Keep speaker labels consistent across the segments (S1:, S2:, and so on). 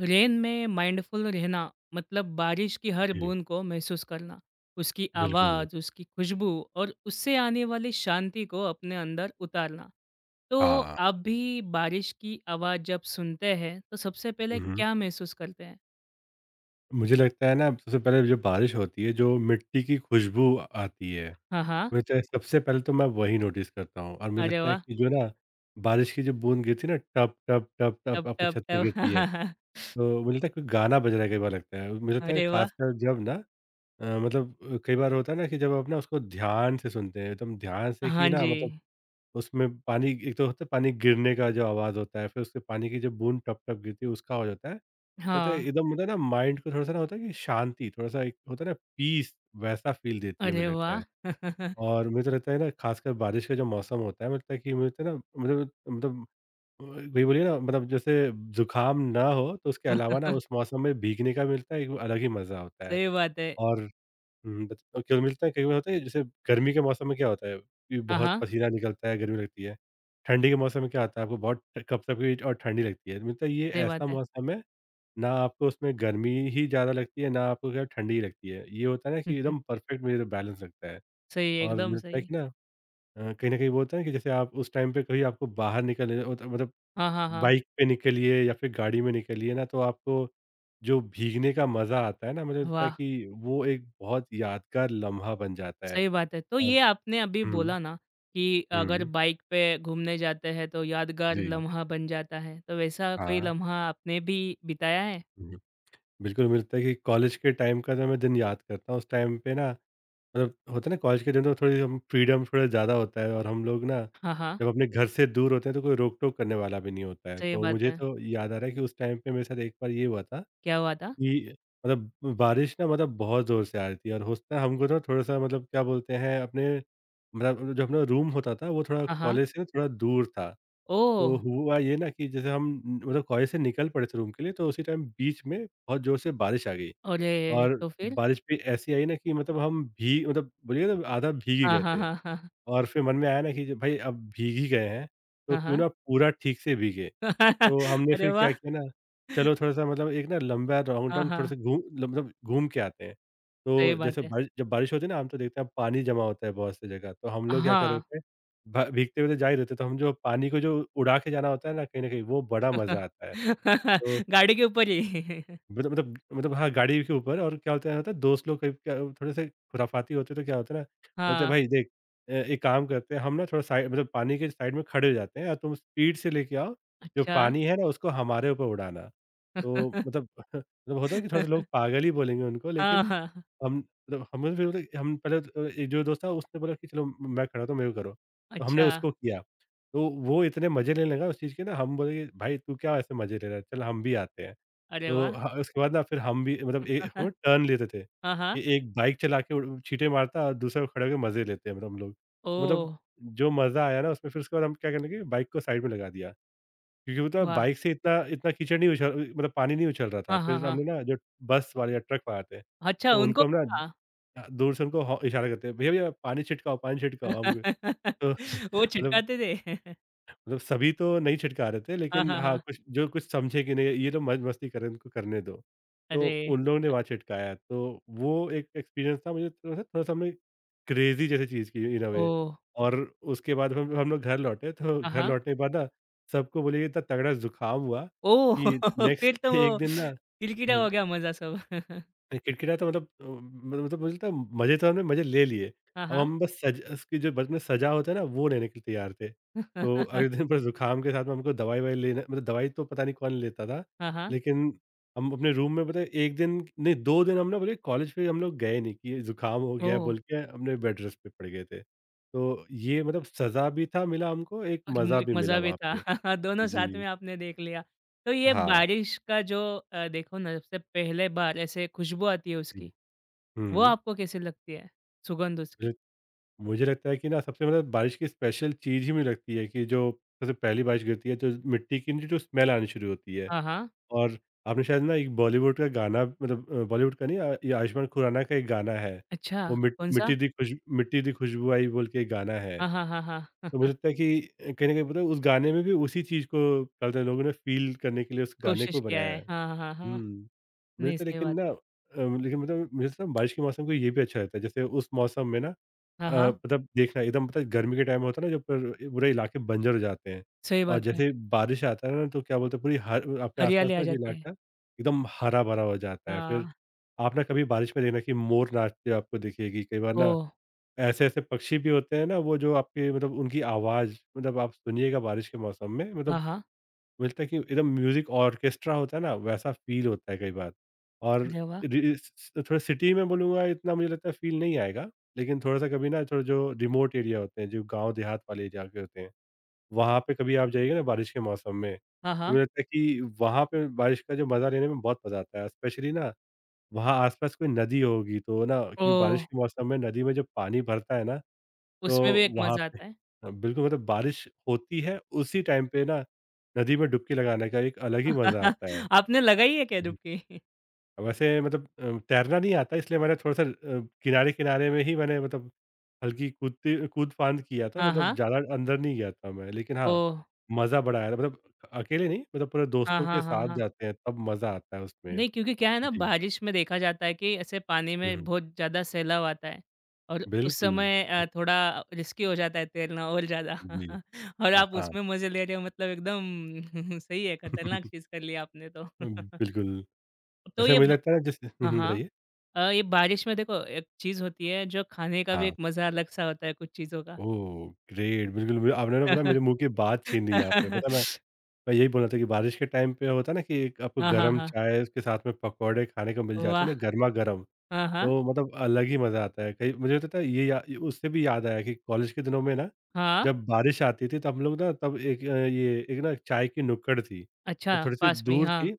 S1: Rain में mindful रहना मतलब बारिश की हर
S2: जी,
S1: बूंद को महसूस करना, उसकी
S2: बिल्कुल।
S1: आवाज़, उसकी खुशबू और उससे आने वाली शांति को अपने अंदर उतारना। तो
S2: हाँ।
S1: आप भी बारिश की आवाज़ जब सुनते हैं तो सबसे
S2: हुँ,
S1: पहले
S2: हुँ।
S1: क्या महसूस करते हैं?
S2: मुझे लगता है ना सबसे पहले जो बारिश होती है, जो मिट्टी की खुशबू आती है,
S1: हाँ हाँ।
S2: मुझे तो सबसे पहले तो मैं वही नोटिस करता हूँ। और मुझे
S1: अरे
S2: लगता है
S1: वाह।
S2: कि जो ना बारिश की जो बूँद गिरती है ना, टप टप टप
S1: टप
S2: टप आपकी
S1: टप
S2: छत में
S1: टप।
S2: गिरती है, तो मुझे लगता है कोई गाना बज रहा है, कई बार लगता है। मुझे लगता है
S1: अरे वाह।
S2: खासकर जब ना मतलब कई बार होता है ना कि जब आप ना उसको ध्यान से सुनते हैं, एकदम ध्यान से कि
S1: हाँ
S2: ना
S1: जी।
S2: मतलब उसमें पानी एक तो होता है, पानी गिरने का जो आवाज़ होता है, फिर उससे पानी की जो बूँद टप-टप गिरती है उसका आवाज़ होता है। मतलब
S1: हाँ।
S2: एकदम होता है ना माइंड को थोड़ा-सा ना होता है कि शांति थोड़ा-सा, एक होता है ना पीस, वैसा फ़ील देती है
S1: अरे
S2: मुझे लगता
S1: वाह।
S2: है। और मुझे तो लगता है ना ख़ासकर बारिश का जो मौसम होता है, मुझे लगता है कि मुझे लगता है ना मतलब वही बोलिए ना मतलब जैसे ज़ुकाम ना हो तो उसके अलावा ना उस मौसम में भीगने का मिलता है एक अलग ही मज़ा होता है।
S1: सही बात है।
S2: और हुँ, बच और केवल मिलता है, कई बार होता है जैसे गर्मी के मौसम में क्या होता है कि
S1: हाँ
S2: बहुत
S1: हाँ।
S2: पसीना निकलता है, गर्मी लगती है। ठंडी के मौसम में क्या होता है, आपको बहुत कपकपी और ठंडी लगती है। मिलता है ये
S1: सही
S2: ऐसा
S1: बात है।
S2: मौसम है ना आपको उसमें गर्मी ही ज़्यादा लगती है, ना आपको क्या ठंडी ही लगती है। ये होता है ना कि एकदम परफेक्ट मेरा बैलेंस लगता है।
S1: सही,
S2: और
S1: एकदम
S2: मिलता है
S1: सही।
S2: कि ना कहीं न कहीं वो होता है कि जैसे आप उस टाइम पे कभी आपको बाहर निकलने मतलब
S1: हाँ हाँ हाँ।
S2: बाइक पे निकलिए या फिर गाड़ी में निकलिए ना, तो आपको जो भीगने का मज़ा आता है ना, मुझे लगता है
S1: वाह।
S2: कि वो एक बहुत यादगार लम्हा बन जाता है।
S1: सही बात है। तो
S2: और
S1: ये आपने अभी
S2: हुँ,
S1: बोला ना कि अगर
S2: हुँ,
S1: बाइक पे घूमने जाते हैं तो यादगार
S2: जी,
S1: लम्हा बन जाता है, तो वैसा कोई
S2: हाँ,
S1: लम्हा आपने भी बिताया है?
S2: हुँ। बिल्कुल, मुझे लगता है कि कॉलेज के टाइम का जो मैं दिन याद करता हूँ उस टाइम पे ना मतलब होता है ना, कॉलेज के दिन तो थोड़ी हम फ्रीडम थोड़ा ज़्यादा होता है और हम लोग ना
S1: हाँ, हाँ,
S2: जब अपने घर से दूर होते हैं तो कोई रोक-टोक करने वाला भी नहीं होता है।
S1: सही
S2: तो
S1: बात
S2: मुझे
S1: है।
S2: तो याद आ रहा है कि उस टाइम पे मेरे साथ एक बार ये हुआ था
S1: क्या हुआ था?
S2: कि मतलब बारिश ना मतलब बहुत ज़ोर से आ रही थी और उसमें हमको ना थोड़ा-सा मतलब क्या बोलते हैं अपने, मतलब जो अपना रूम होता था वो थोड़ा
S1: हाँ, हाँ।
S2: कॉलेज से ना थोड़ा दूर था।
S1: ओह!
S2: तो हुआ ये ना कि जैसे हम मतलब कॉलेज से निकल पड़े थे रूम के लिए, तो उसी टाइम बीच में बहुत ज़ोर से बारिश आ गई।
S1: अरे!
S2: और
S1: तो फिर?
S2: बारिश भी ऐसी आई ना कि मतलब हम भीग मतलब बोलिए ना आधा भीग ही
S1: हाँ,
S2: गए
S1: हाँ,
S2: थे।
S1: हाँ, हाँ।
S2: और फिर मन में आया ना कि जो भाई अब भीग ही गए हैं, तो
S1: हाँ,
S2: क्यों
S1: हाँ।
S2: ना पूरा ठीक से भीगे। तो हमने
S1: अरे
S2: फिर क्या
S1: वाह!
S2: किया ना, चलो थोड़ा-सा मतलब एक ना लंबा राउंड
S1: हाँ,
S2: राउंड
S1: हाँ,
S2: थोड़ा-सा घूम ल मतलब घूम के आते हैं।
S1: सही
S2: तो
S1: बात
S2: जैसे
S1: है।
S2: बारि जब बारिश होती है ना, हम तो देखते हैं पानी जमा होता है बहुत सी जगह, तो हम लोग क्या कर रहे
S1: हाँ।
S2: थे, भ भीगते हुए तो जा ही रहे थे, तो हम जो पानी को जो उड़ा के जाना होता है ना, कहीं न कहीं वो बड़ा मज़ा आता है। तो
S1: गाड़ी के ऊपर ही।
S2: हाँ, गाड़ी के ऊपर, और क्या होता है ना दोस्त लोग कभी क्या थोड़े से खुराफाती होते तो क्या होता है ना, बोलते हैं
S1: हाँ,
S2: भाई देख एक काम करते हैं हम ना, थोड़ा साइड मतलब पानी के साइड में खड़े हो जाते हैं और तुम स्पीड से लेके आओ, जो
S1: अच्छा।
S2: पानी है ना उसको हमारे ऊपर उड़ाना। तो मतलब मतलब होता है कि थोड़ा-सा लोग पागल ही बोलेंगे उनको,
S1: हाँ,
S2: लेकिन
S1: हाँ।
S2: हम मतलब हमें भी बोले, हम पहले तो एक जो दोस्त था उसने बोला कि चलो मैं कराता हूँ तो मेरे को करो। तो हमने
S1: अच्छा,
S2: उसको किया। तो वो इतने मज़े लेने लगा उस चीज़ के ना, हम बोले कि भाई तू क्या ऐसे मज़े ले रहा है? चल हम भी आते हैं।
S1: अरे
S2: तो
S1: वाह!
S2: ह उसके बाद ना फिर हम भी मतलब ए हम लोग टर्न लेते थे।
S1: हाँ, हाँ।
S2: कि एक बाइक चला के उड़ छींटे मारता और दूसरा खड़े होके मज़े लेते हैं मतलब हम लोग। तो मतलब
S1: ओह!
S2: जो मज़ा आया ना उसमें, फिर उसके बाद हम क्या करने लगे, बाइक को साइड में लगा दिया। क्योंकि पता है
S1: वाह!
S2: बाइक से इतना इतना कीचड़ नहीं उछल मतलब पानी नहीं उछल रहा था।
S1: हाँ, हाँ,
S2: फिर
S1: हाँ।
S2: हमने ना जो बस वाले या ट्रक वाले आते हैं
S1: अच्छा
S2: तो
S1: उनको
S2: उनको हम ना
S1: था?
S2: दूर से उनको हौ इशारा करते हैं, "भैया, भैया पानी छिटकाओ" हमको। तो
S1: वो
S2: मतलब
S1: छिटकाते थे?
S2: सभी तो नहीं छिटका रहे थे
S1: हाँ,
S2: लेकिन
S1: हाँ,
S2: हाँ,
S1: हाँ।
S2: कुछ जो कुछ समझे कि नहीं ये तो मौज मस्ती कर रहे हैं, इनको करने दो। तो
S1: अरे!
S2: उन लोगों ने वहाँ छिटकाया, तो वो एक एक्सपीरियंस था, मुझे थोड़ा-सा थोड़ा-सा हमने क्रेज़ी जैसी चीज़ की इन अ वे।
S1: ओह!
S2: और उसके बाद हम लोग घर लौटे, तो
S1: हाँ,
S2: घर
S1: हाँ।
S2: लौटने के बाद ना सबको बोलिए इतना तगड़ा ज़ुकाम हुआ
S1: ओह!
S2: कि नेक्स्ट
S1: फिर तो वो
S2: 1 दिन ना,
S1: किलकिटा हो
S2: हुँ।
S1: गया मज़ा सब।
S2: नहीं, खिड़खिड़ा तो मतलब अ, म मतलब मुझे लगता है मज़े तो हमने मज़े ले लिए।
S1: हाँ,
S2: अब
S1: हाँ।
S2: हम बस सज उसकी जो बचपन में सज़ा होता है ना, वो लेने के लिए तैयार थे। तो अगले दिन बस ज़ुकाम के साथ में हमको दवाई-ववाई लेना, मतलब दवाई तो पता नहीं कौन लेता था।
S1: हाँ, हाँ।
S2: लेकिन हम अपने रूम में पता है 1 दिन नहीं 2 दिन हम ना बोले कॉलेज पे हम लोग गए नहीं कि ज़ुकाम हो गया है
S1: ओह!
S2: बोल के, हमने बेड रेस्ट पे पड़ गए थे। तो ये मतलब सज़ा भी था मिला हमको, एक
S1: और म
S2: मज़ा
S1: एक
S2: भी मिला
S1: मज़ा भी
S2: वहाँ पे।
S1: था। दोनों साथ में
S2: जी।
S1: आपने देख लिया। तो ये
S2: हाँ।
S1: बारिश का जो देखो ना सबसे पहले बार ऐसे खुशबू आती है
S2: जी।
S1: उसकी, वो
S2: हुँ।
S1: आपको कैसी लगती है? सुगंध उसकी?
S2: मुझे लगता है कि ना सबसे मतलब बारिश की स्पेशल चीज़ ही मुझे लगती है कि जो सबसे पहली बारिश गिरती है तो मिट्टी की जो स्मेल आनी शुरू होती है।
S1: हाँ, हाँ।
S2: और आपने शायद ना एक बॉलीवुड का गाना मतलब बॉलीवुड का नहीं ये आयुष्मान खुराना का एक गाना है।
S1: अच्छा,
S2: वो
S1: कौन-सा?
S2: मिट्टी दी खुशबू आई बोल के एक गाना है।
S1: हाँ, हाँ, हाँ,
S2: तो
S1: हाँ।
S2: मुझे लगता है कि कहीं ना कहीं मतलब उस गाने में भी उसी चीज़ को कहते हैं, लोगों ने फील करने के लिए उस गाने
S1: कोशिश
S2: को
S1: किया
S2: बनाया
S1: है।
S2: है।
S1: हाँ, हाँ, हाँ, हाँ।
S2: हम्म। मुझे
S1: नहीं,
S2: तो
S1: सही
S2: लेकिन
S1: बात
S2: ना
S1: है।
S2: लेकिन मतलब मुझे तो ना बारिश के मौसम को ये भी अच्छा रहता है, जैसे उस मौसम में ना
S1: हाँ, हाँ,
S2: मतलब देखना एकदम, पता है गर्मी के टाइम होता है ना जब पूरे इलाके बंजर हो जाते हैं।
S1: सही
S2: और
S1: बात है।
S2: जैसे बारिश आता है ना तो क्या बोलते हैं पूरी हर आपके आसपास
S1: हरियाली आ
S2: ना जो
S1: जाती है।
S2: इलाका एकदम हरा भरा हो जाता है फिर।
S1: हाँ,
S2: आप ना कभी बारिश में देखना कि मोर नाचते आपको दिखेगी कई बार ना।
S1: ओह!
S2: ऐसे ऐसे पक्षी भी होते हैं ना वो, जो आपके मतलब उनकी आवाज़ मतलब आप सुनिएगा बारिश के मौसम में
S1: हाँ,
S2: मतलब
S1: हाँ।
S2: मिलता है कि एकदम म्यूज़िक ऑर्केस्ट्रा होता है ना, वैसा फ़ील होता है कई बार। और
S1: अरे वाह!
S2: रि स स थोड़ा सिटी में बोलूँगा इतना मुझे लगता है फ़ील नहीं आएगा। लेकिन थोड़ा-सा कभी ना थोड़ा जो रिमोट एरिया होते हैं, जो गाँव देहात वाले एरिया के होते हैं, वहाँ पे कभी आप जाइएगा ना बारिश के मौसम में,
S1: हाँ,
S2: तो
S1: हाँ।
S2: मुझे लगता है कि वहाँ पे बारिश का जो मज़ा लेने में बहुत मज़ा आता है। स्पेशली ना वहाँ आस-पास कोई नदी होगी तो ना, क्योंकि
S1: ओह!
S2: बारिश के मौसम में नदी में जो पानी भरता है ना, तो
S1: उसमें भी एक
S2: वहाँ
S1: मज़ा
S2: पे
S1: आता है।
S2: बिल्कुल मतलब बारिश होती है, उसी टाइम पे ना नदी में डुबकी लगाने का एक अलग ही मज़ा आता है।
S1: आपने लगाई है क्या
S2: हुँ,
S1: डुबकी?
S2: वैसे मतलब तैरना नहीं आता इसलिए मैंने थोड़ा-सा किनारे-किनारे में ही मैंने मतलब हल्की कूदती कूद-फांद किया था,
S1: हाँ,
S2: मतलब
S1: हाँ।
S2: ज़्यादा अंदर नहीं गया था मैं, लेकिन हाँ,
S1: ओह!
S2: मज़ा बड़ा आया था, मतलब अकेले नहीं, मतलब पूरे
S1: हाँ,
S2: दोस्तों के
S1: हाँ, हाँ,
S2: साथ
S1: हाँ।
S2: जाते हैं तब मज़ा आता है उसमें।
S1: नहीं, क्योंकि क्या है ना
S2: जी।
S1: बारिश में देखा जाता है कि ऐसे पानी
S2: हुँ,
S1: में
S2: हुँ,
S1: बहुत ज़्यादा सैलाब आता है और उस
S2: बिल्कुल।
S1: समय थोड़ा रिस्की हो जाता है तैरना और ज़्यादा।
S2: हुँ, जी।
S1: और
S2: हाँ,
S1: आप
S2: हाँ।
S1: उसमें मज़े ले रहे हो मतलब एकदम सही है, खतरनाक चीज़ कर लिया आपने तो।
S2: बिल्कुल,
S1: तो
S2: वैसे
S1: ये
S2: मुझे
S1: ब
S2: लगता है ना जैसे हुँ,
S1: हाँ,
S2: हुँ,
S1: हाँ।
S2: बताइए?
S1: ये बारिश में देखो एक चीज़ होती है जो खाने का भी
S2: हाँ।
S1: एक मज़ा अलग-सा होता है कुछ चीज़ों का।
S2: ओह! ग्रेट बिल्कुल, बिल आपने ना पता है मेरे मुँह की बात छीन ली यहाँ पे, पता है मैं मैं यही बोलना था कि बारिश के टाइम पे होता है ना कि एक आपको
S1: हाँ, हाँ,
S2: गरम
S1: हाँ।
S2: चाय उसके साथ में पकौड़े खाने को मिल जाते हैं
S1: वाह!
S2: ना गरमा-गरम,
S1: हाँ, हाँ।
S2: तो मतलब अलग ही मज़ा आता है। कई मुझे पता है ये या ये उससे भी याद आया कि कॉलेज के दिनों में ना,
S1: हाँ।
S2: जब बारिश आती थी तो हम लोग ना तब एक ये एक ना चाय की नुक्कड़ थी,
S1: अच्छा,
S2: तो
S1: पास में ही, हाँ।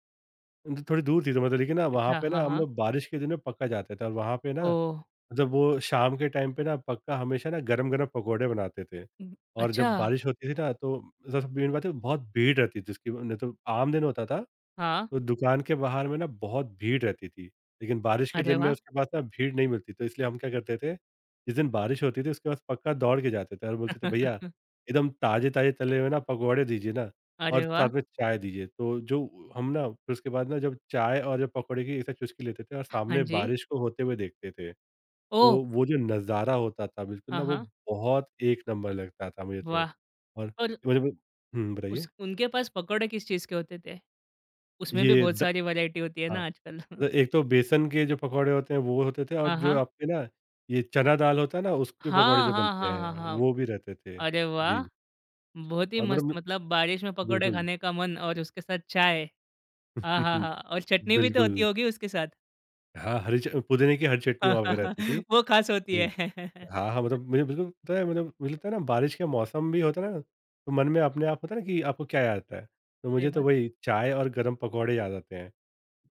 S2: थोड़ी दूर थी, तो मतलब लेकिन ना वहाँ
S1: अच्छा,
S2: पे ना
S1: हाँ,
S2: हम
S1: हाँ।
S2: लोग बारिश के दिन में पक्का जाते थे और वहाँ पे ना
S1: ओह!
S2: मतलब वो शाम के टाइम पे ना पक्का हमेशा ना गरम-गरम पकोड़े बनाते थे। और
S1: अच्छा।
S2: जब बारिश होती थी ना, तो सबसे मेन बात है बहुत भीड़ रहती थी, उसकी नहीं तो आम दिन होता था,
S1: हाँ,
S2: तो दुकान के बाहर में ना बहुत भीड़ रहती थी। लेकिन बारिश के
S1: अरे
S2: दिन में
S1: वाह!
S2: उसके पास ना भीड़ नहीं मिलती, तो इसलिए हम क्या करते थे, जिस दिन बारिश होती थी उसके पास पक्का दौड़ के जाते थे और बोलते थे, भैया एकदम ताज़े-ताज़े तले हुए ना पकोड़े दीजिए ना, और
S1: अरे
S2: साथ
S1: वाह!
S2: में चाय दीजिए। तो जो हम ना फिर उसके बाद ना जब चाय और जब पकोड़े की एक साथ चुस्की लेते थे और
S1: हाँ
S2: सामने
S1: जी।
S2: बारिश को होते हुए देखते थे।
S1: ओह!
S2: तो वो जो नज़ारा होता था बिल्कुल
S1: हाँ,
S2: ना, वो
S1: हाँ,
S2: बहुत एक नंबर लगता था मुझे तो।
S1: वाह!
S2: और
S1: और
S2: मुझे भी। हुँ, बताइए?
S1: उस उनके पास पकौड़े किस चीज़ के होते थे? उसमें भी
S2: ये
S1: बहुत
S2: द
S1: सारी वैरायटी होती है
S2: हाँ,
S1: ना आजकल।
S2: मतलब एक तो बेसन के जो पकौड़े होते हैं वो होते थे, और
S1: हाँ,
S2: जो
S1: हाँ।
S2: आपके ना ये चना दाल होता है ना, उसके पकौड़े
S1: हाँ,
S2: जो
S1: हाँ,
S2: बनते
S1: हाँ,
S2: हैं
S1: हाँ, हाँ।
S2: वो भी रहते थे।
S1: अरे वाह!
S2: जी,
S1: बहुत ही
S2: और
S1: मस्त
S2: मतलब
S1: मतलब बारिश में पकौड़े
S2: बिल्कुल।
S1: खाने का मन और उसके साथ चाय। आहाहा! और चटनी भी तो होती
S2: बिल्कुल।
S1: होगी उसके साथ।
S2: हाँ, हरी च पुदीने की हरी चटनी
S1: हाँ
S2: वहाँ
S1: हाँ
S2: पे
S1: हाँ।
S2: रहती थी।
S1: वो ख़ास होती
S2: बिल
S1: है।
S2: हाँ, हाँ, मतलब मुझे बिल्कुल पता है, मतलब मुझे लगता है ना बारिश के मौसम भी होता है ना, तो मन में अपने आप होता है ना कि आपको क्या याद आता है? तो
S1: सही
S2: मुझे तो
S1: बात है।
S2: वही चाय और गरम पकौड़े याद आते हैं।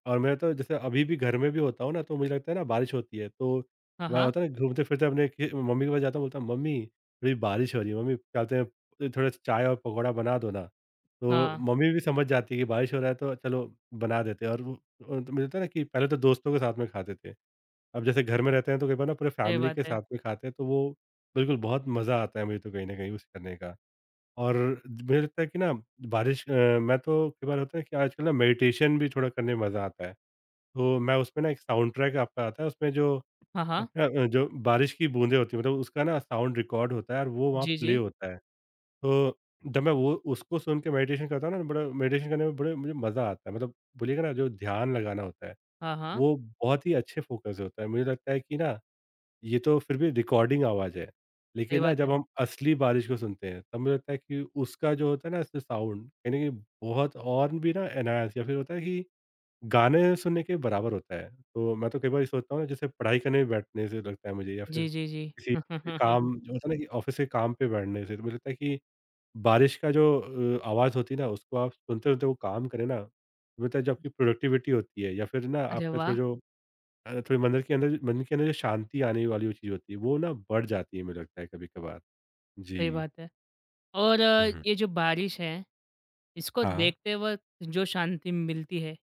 S2: और मैं तो जैसे अभी भी घर में भी होता हूँ ना, तो मुझे लगता है ना बारिश होती है, तो
S1: हाँ,
S2: मैं
S1: हाँ।
S2: होता है ना घूमते-फिरते अपने खि मम्मी के पास जाता हूँ, बोलता हूँ, "मम्मी, थोड़ी बारिश हो रही है, मम्मी क्या बोलते हैं, थोड़ा सा चाय और पकौड़ा बना दो ना।" तो
S1: हाँ,
S2: मम्मी भी समझ जाती है कि बारिश हो रहा है, तो चलो बना देते हैं, और वो मिलता है ना कि पहले तो दोस्तों के साथ में खाते थे। अब जैसे घर में रहते हैं, तो कई बार ना पूरे
S1: सही
S2: फैमिली
S1: बात
S2: के
S1: है।
S2: साथ में खाते हैं, तो वो बिल्कुल बहुत मज़ा आता है मुझे तो कहीं न कहीं उसे करने का। और मुझे लगता है कि ना बारिश मैं तो कई बार होता है कि आजकल ना मेडिटेशन भी थोड़ा करने में मज़ा आता है। तो मैं उसमें ना एक साउंड ट्रैक आपका आता है उसमें, जो
S1: हाँ, हाँ।
S2: आपका जो बारिश की बूँदें होती हैं, मतलब उसका ना साउंड रिकॉर्ड होता है और वो वहाँ
S1: जी,
S2: प्ले
S1: जी।
S2: होता है। तो जब मैं वो उसको सुन के मेडिटेशन करता हूँ ना, बड़ा मेडिटेशन करने में बड़े मुझे मज़ा आता है, मतलब बोलिएगा ना जो ध्यान लगाना होता है,
S1: हाँ, हाँ।
S2: वो बहुत ही अच्छे फ़ोकस से होता है। मुझे लगता है कि ना ये तो फिर भी रिकॉर्डिंग आवाज़ है,
S1: सही
S2: लेकिन ना
S1: बात
S2: जब
S1: है।
S2: हम असली बारिश को सुनते हैं तब मुझे लगता है कि उसका जो होता है ना साउंड कहीं न कहीं बहुत और भी ना एनहांस, या फिर होता है कि गाने सुनने के बराबर होता है। तो मैं तो कई बार ये सोचता हूँ ना, जैसे पढ़ाई करने बैठने से लगता है मुझे, या फिर
S1: जी, जी, जी।
S2: किसी काम जो होता है ना कि ऑफ़िस के काम पे बैठने से, तो मुझे लगता है कि बारिश का जो आवाज़ होती है ना, उसको आप सुनते-सुनते वो काम करें ना, तो मुझे लगता है जो आपकी प्रोडक्टिविटी होती है, या फिर ना
S1: अरे
S2: आपका थोड़ा
S1: वाह!
S2: जो थोड़ी मंदिर के अंदर, मन के अंदर जो शांति आने वाली वो चीज़ होती है, वो ना बढ़ जाती है मुझे लगता है कभी-कभार।
S1: सही
S2: जी।
S1: बात है। और
S2: हुँ, हुँ।
S1: ये जो बारिश है, इसको
S2: हाँ।
S1: देखते वक़्त जो शांति मिलती है,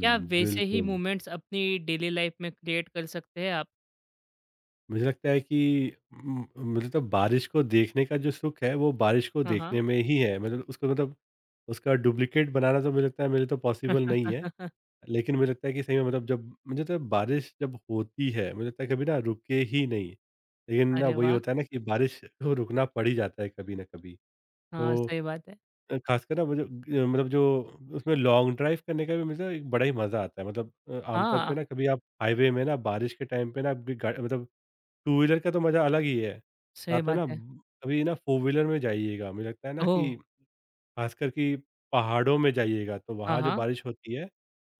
S1: क्या वैसे ही
S2: बिल्कुल।
S1: मोमेंट्स अपनी डेली लाइफ़ में क्रिएट कर सकते हैं आप?
S2: मुझे लगता है कि मतलब बारिश को देखने का जो सुख है, वो बारिश को
S1: हाँ, हाँ।
S2: देखने में ही है, मतलब उसको मतलब उसका डुप्लीकेट बनाना तो मुझे लगता है मेरे तो पॉसिबल नहीं है। लेकिन मुझे लगता है कि सही में, मतलब जब मुझे तो बारिश जब होती है मुझे लगता है कभी ना रुके ही नहीं, लेकिन ना
S1: अरे
S2: वही
S1: वाह!
S2: होता है ना कि बारिश को रुकना पड़ ही जाता है कभी ना कभी।
S1: हाँ,
S2: तो
S1: सही बात है।
S2: खासकर ना वो जो मतलब जो उसमें लॉन्ग ड्राइव करने का भी मुझे एक बड़ा ही मज़ा आता है, मतलब आमतौर पे
S1: हाँ,
S2: ना कभी आप हाईवे में ना बारिश के टाइम पे ना आप मतलब टू व्हीलर का तो मज़ा अलग ही है।
S1: सही
S2: साथ में
S1: बात
S2: ना
S1: है।
S2: कभी ना फ़ोर व्हीलर में जाइएगा, मुझे लगता है ना
S1: ओह!
S2: कि ख़ासकर कि पहाड़ों में जाइएगा, तो
S1: हाँ,
S2: वहाँ जो
S1: हाँ।
S2: बारिश होती है,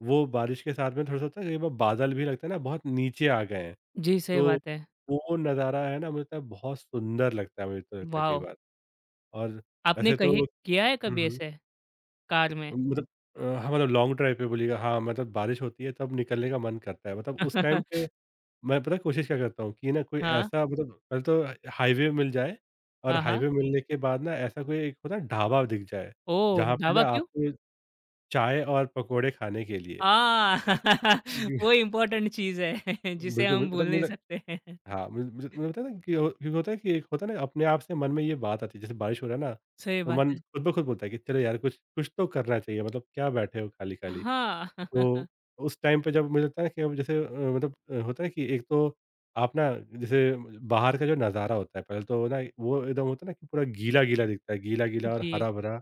S2: वो बारिश के साथ में थोड़ा-सा होता है, कई बार बादल भी लगता है ना बहुत नीचे आ गए हैं।
S1: जी, सही
S2: तो
S1: बात है।
S2: वो नज़ारा है ना मुझे लगता है बहुत सुंदर लगता है, मुझे तो लगता है कई
S1: वॉव!
S2: बार। और
S1: आपने
S2: वैसे तो
S1: कहीं किया है
S2: हुँ,
S1: कभी
S2: हुँ,
S1: ऐसे कार में?
S2: मतलब हाँ, मतलब लॉन्ग ड्राइव पे बोलिएगा हाँ, मतलब बारिश होती है तब निकलने का मन करता है। मतलब उस टाइम पे मैं पता है कोशिश क्या करता हूँ कि ना कोई
S1: हाँ,
S2: ऐसा, मतलब पहले तो हाईवे मिल जाए, और
S1: हाँ, हाँ।
S2: हाईवे मिलने के बाद ना ऐसा कोई एक होता है ढाबा दिख जाए,
S1: ओह!
S2: जहाँ पे
S1: ढाबा
S2: ना
S1: क्यों?
S2: आपको चाय और पकौड़े खाने के लिए।
S1: हाँ,
S2: जी,
S1: वो इम्पोर्टेंट चीज़ है जिसे
S2: बिल्कुल, बिल
S1: हम भूल
S2: मतलब
S1: नहीं
S2: मुझे,
S1: सकते हैं।
S2: हाँ, मुझे मुझे मुझे पता है ना कि हो कि होता है कि एक होता है ना अपने आप से मन में ये बात आती है, जैसे बारिश हो रहा है ना,
S1: सही
S2: तो
S1: बात
S2: मन
S1: है।
S2: खुद ब खुद बोलता है कि चलो यार कुछ कुछ तो करना चाहिए, मतलब क्या बैठे हो खाली-खाली।
S1: हाँ।
S2: तो उस टाइम पे जब मुझे लगता है कि अब जैसे मतलब होता है कि एक तो आप ना, जैसे बाहर का जो नज़ारा होता है पहले तो ना वो एकदम होता है ना कि पूरा गीला-गीला दिखता है, गीला-गीला और
S1: जी।
S2: हरा-भरा,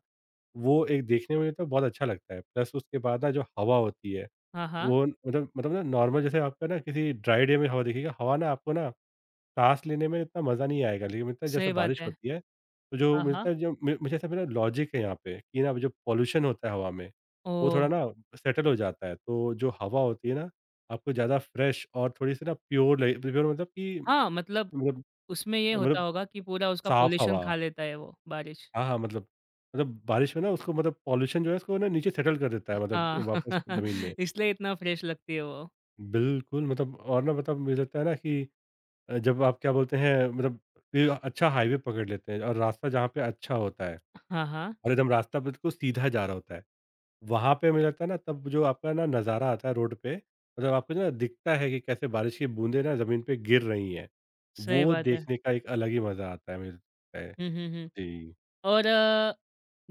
S2: वो एक देखने में तो बहुत अच्छा लगता है। प्लस उसके बाद ना जो हवा होती है,
S1: हाँ, हाँ।
S2: वो मतलब ना नॉर्मल जैसे आपका ना किसी ड्राई डे में हवा दिखेगी, हवा ना आपको ना साँस लेने में इतना मज़ा नहीं आएगा, लेकिन मिलता है जैसे
S1: सही बात
S2: बारिश
S1: है।
S2: होती है, तो जो
S1: हाँ,
S2: मिलता
S1: हाँ।
S2: है जो मु मुझे, ऐसा मेरा लॉजिक है यहाँ पे कि ना जो पॉल्यूशन होता है हवा में, वो
S1: ओह!
S2: थोड़ा ना सेटल हो जाता है। तो जो हवा होती है ना, आपको ज़्यादा फ्रेश और थोड़ी-सी ना प्योर लगे, प्योर मतलब कि
S1: हाँ, मतलब
S2: मतलब
S1: उसमें ये होता
S2: मतलब
S1: होगा कि पूरा उसका
S2: साफ़
S1: पॉल्यूशन
S2: हवा।
S1: खा लेता है वो बारिश।
S2: हाँ, हाँ, मतलब बारिश में ना उसको, मतलब पॉल्यूशन जो है उसको ना नीचे सेटल कर देता है, मतलब
S1: हाँ,
S2: वापस ज़मीन में।
S1: इसलिए इतना फ्रेश लगती है वो।
S2: बिल्कुल, मतलब और ना मतलब मुझे लगता है ना कि जब आप क्या बोलते हैं, मतलब ये अच्छा हाईवे पकड़ लेते हैं और रास्ता जहाँ पे अच्छा होता है,
S1: हाँ, हाँ।
S2: और एकदम रास्ता बिल्कुल सीधा जा रहा होता है। वहाँ पे मुझे लगता है ना तब जो आपका ना नज़ारा आता है रोड पे, मतलब आपको ना दिखता है कि कैसे बारिश की बूंदें ना ज़मीन पे गिर रही हैं।
S1: सही
S2: वो
S1: बात है।
S2: देखने का एक अलग ही मज़ा आता है मुझे लगता है।
S1: हुँ, हुँ, हुँ।
S2: जी।
S1: और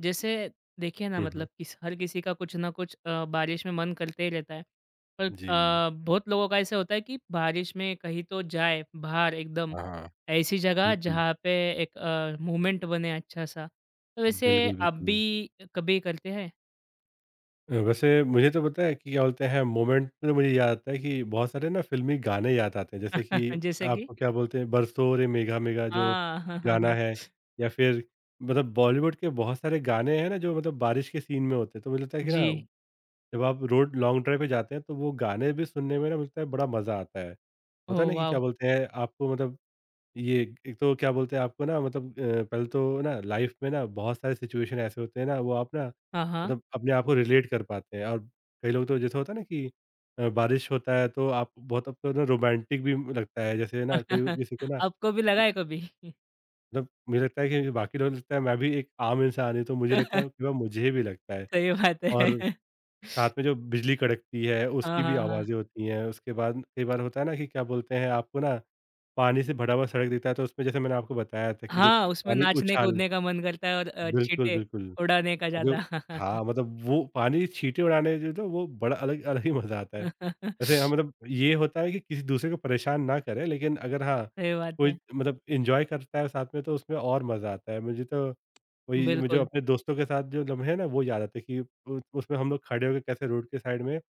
S1: जैसे देखिए ना
S2: हुँ, हुँ।
S1: मतलब किस हर किसी का कुछ ना कुछ बारिश में मन करते ही रहता है। पर
S2: जी।
S1: बहुत लोगों का ऐसा होता है कि बारिश में कहीं तो जाए बाहर एकदम,
S2: हाँ,
S1: ऐसी जगह
S2: बिल्कुल।
S1: जहाँ पे एक मूवमेंट बने अच्छा-सा। तो वैसे
S2: बिल्कुल,
S1: आप
S2: बिल्कुल।
S1: भी कभी करते हैं?
S2: वैसे मुझे तो पता है कि क्या बोलते हैं, मोमेंट में तो मुझे याद आता है कि बहुत सारे ना फ़िल्मी गाने याद आते हैं, जैसे कि
S1: जैसे कि
S2: आपको क्या बोलते हैं, बरसो रे मेघा मेघा जो
S1: हाँ, हाँ, हाँ,
S2: गाना
S1: हाँ।
S2: है, या फिर मतलब बॉलीवुड के बहुत सारे गाने हैं ना जो मतलब बारिश के सीन में होते हैं, तो मुझे लगता है कि ना
S1: जी।
S2: जब आप रोड लॉन्ग ड्राइव पे जाते हैं तो वो गाने भी सुनने में ना मुझे लगता है बड़ा मज़ा आता है। होता है
S1: ओह
S2: ना कि क्या
S1: वाव!
S2: बोलते हैं आपको मतलब, ये एक तो क्या बोलते हैं आपको ना मतलब पहले तो ना लाइफ में ना बहुत सारे सिचुएशन ऐसे होते हैं ना वो आप ना,
S1: हाँ, हाँ।
S2: मतलब अपने आप को रिलेट कर पाते हैं। और कई लोग तो जैसे होता है ना कि बारिश होता है तो आप बहुत आपको ना रोमांटिक भी लगता है, जैसे ना कई किसी को ना,
S1: आपको भी लगा है कभी?
S2: मतलब मुझे लगता है कि बाकी लोग लगता है, मैं भी एक आम इंसान हूँ, तो मुझे लगता है कि वह मुझे भी लगता है।
S1: सही बात है।
S2: और साथ में जो बिजली कड़कती है,
S1: हाँ,
S2: उसकी भी
S1: हाँ, हाँ।
S2: आवाज़ें होती हैं। उसके बाद कई बार होता है ना कि क्या बोलते हैं, आपको ना पानी से भरा हुआ सड़क दिखता है, तो उसमें जैसे मैंने आपको बताया था कि जो
S1: हाँ, उसमें
S2: पानी उछाल।
S1: नाचने-कूदने का मन करता है और
S2: बिल्कुल,
S1: छींटे
S2: बिल्कुल।
S1: उड़ाने का ज़्यादा।
S2: जो, हाँ, मतलब वो पानी छींटे उड़ाने जो, तो वो बड़ा अलग अलग ही मज़ा आता है। वैसे हाँ, मतलब ये होता है कि किसी दूसरे को परेशान ना करें, लेकिन अगर हाँ,
S1: सही बात है।
S2: कोई मतलब एन्जॉय करता है साथ में तो उसमें और मज़ा आता है। मुझे तो वही, मुझे
S1: बिल्कुल,
S2: अपने दोस्तों के साथ जो लम्हे हैं ना वो याद आते हैं कि उ उसमें हम लोग खड़े होके कैसे रोड के साइड में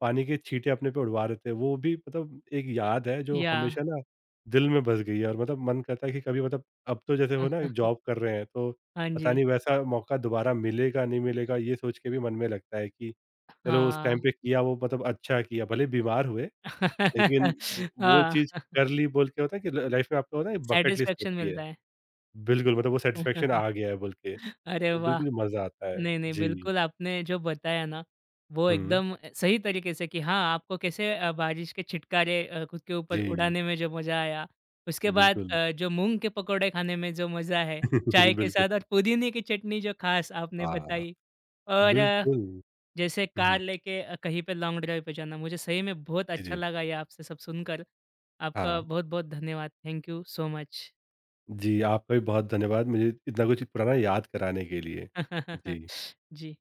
S2: पानी के छींटे अपने पे उड़वा रहे थे। वो भी मतलब एक याद है जो
S1: या
S2: हमेशा ना दिल में बस गई है, और मतलब मन करता है कि कभी मतलब, अब तो जैसे हो ना जॉब कर रहे हैं, तो
S1: हाँ
S2: पता
S1: जी।
S2: नहीं वैसा मौका दोबारा मिलेगा, नहीं मिलेगा, ये सोच के भी मन में लगता है कि चलो उस टाइम
S1: हाँ।
S2: पे किया वो मतलब अच्छा किया, भले बीमार हुए, लेकिन वो
S1: हाँ,
S2: चीज़ कर ली बोल के, होता है कि ल लाइफ़ में आपका होता है बकेट लिस्ट
S1: सैटिस्फैक्शन
S2: होती है।
S1: मिलता है।
S2: बिल्कुल, मतलब वो सैटिस्फैक्शन आ गया है बोल के,
S1: अरे
S2: तो
S1: वाह!
S2: बिल्कुल मज़ा आता है।
S1: नहीं, नहीं,
S2: जी।
S1: बिल्कुल आपने जो बताया ना, वो
S2: हुँ।
S1: एकदम सही तरीके से कि हाँ, आपको कैसे बारिश के छिटकारे खुद के ऊपर
S2: जी,
S1: उड़ाने में जो मज़ा आया, उसके बाद
S2: बिल्कुल।
S1: जो मूँग के पकौड़े खाने में जो मज़ा है, चाय के
S2: बिल्कुल।
S1: साथ और पुदीने की चटनी जो ख़ास आपने
S2: हाँ,
S1: बताई और
S2: बिल्कुल।
S1: जैसे
S2: हुँ,
S1: कार लेके कहीं पे लॉन्ग ड्राइव पे जाना, मुझे सही में बहुत
S2: जी,
S1: अच्छा
S2: जी।
S1: लगा ये आपसे सब सुनकर। आपका
S2: हाँ।
S1: बहुत-बहुत धन्यवाद। Thank you so much.
S2: जी, आपका भी बहुत धन्यवाद मुझे इतना कुछ पुराना याद कराने के लिए। जी।
S1: जी।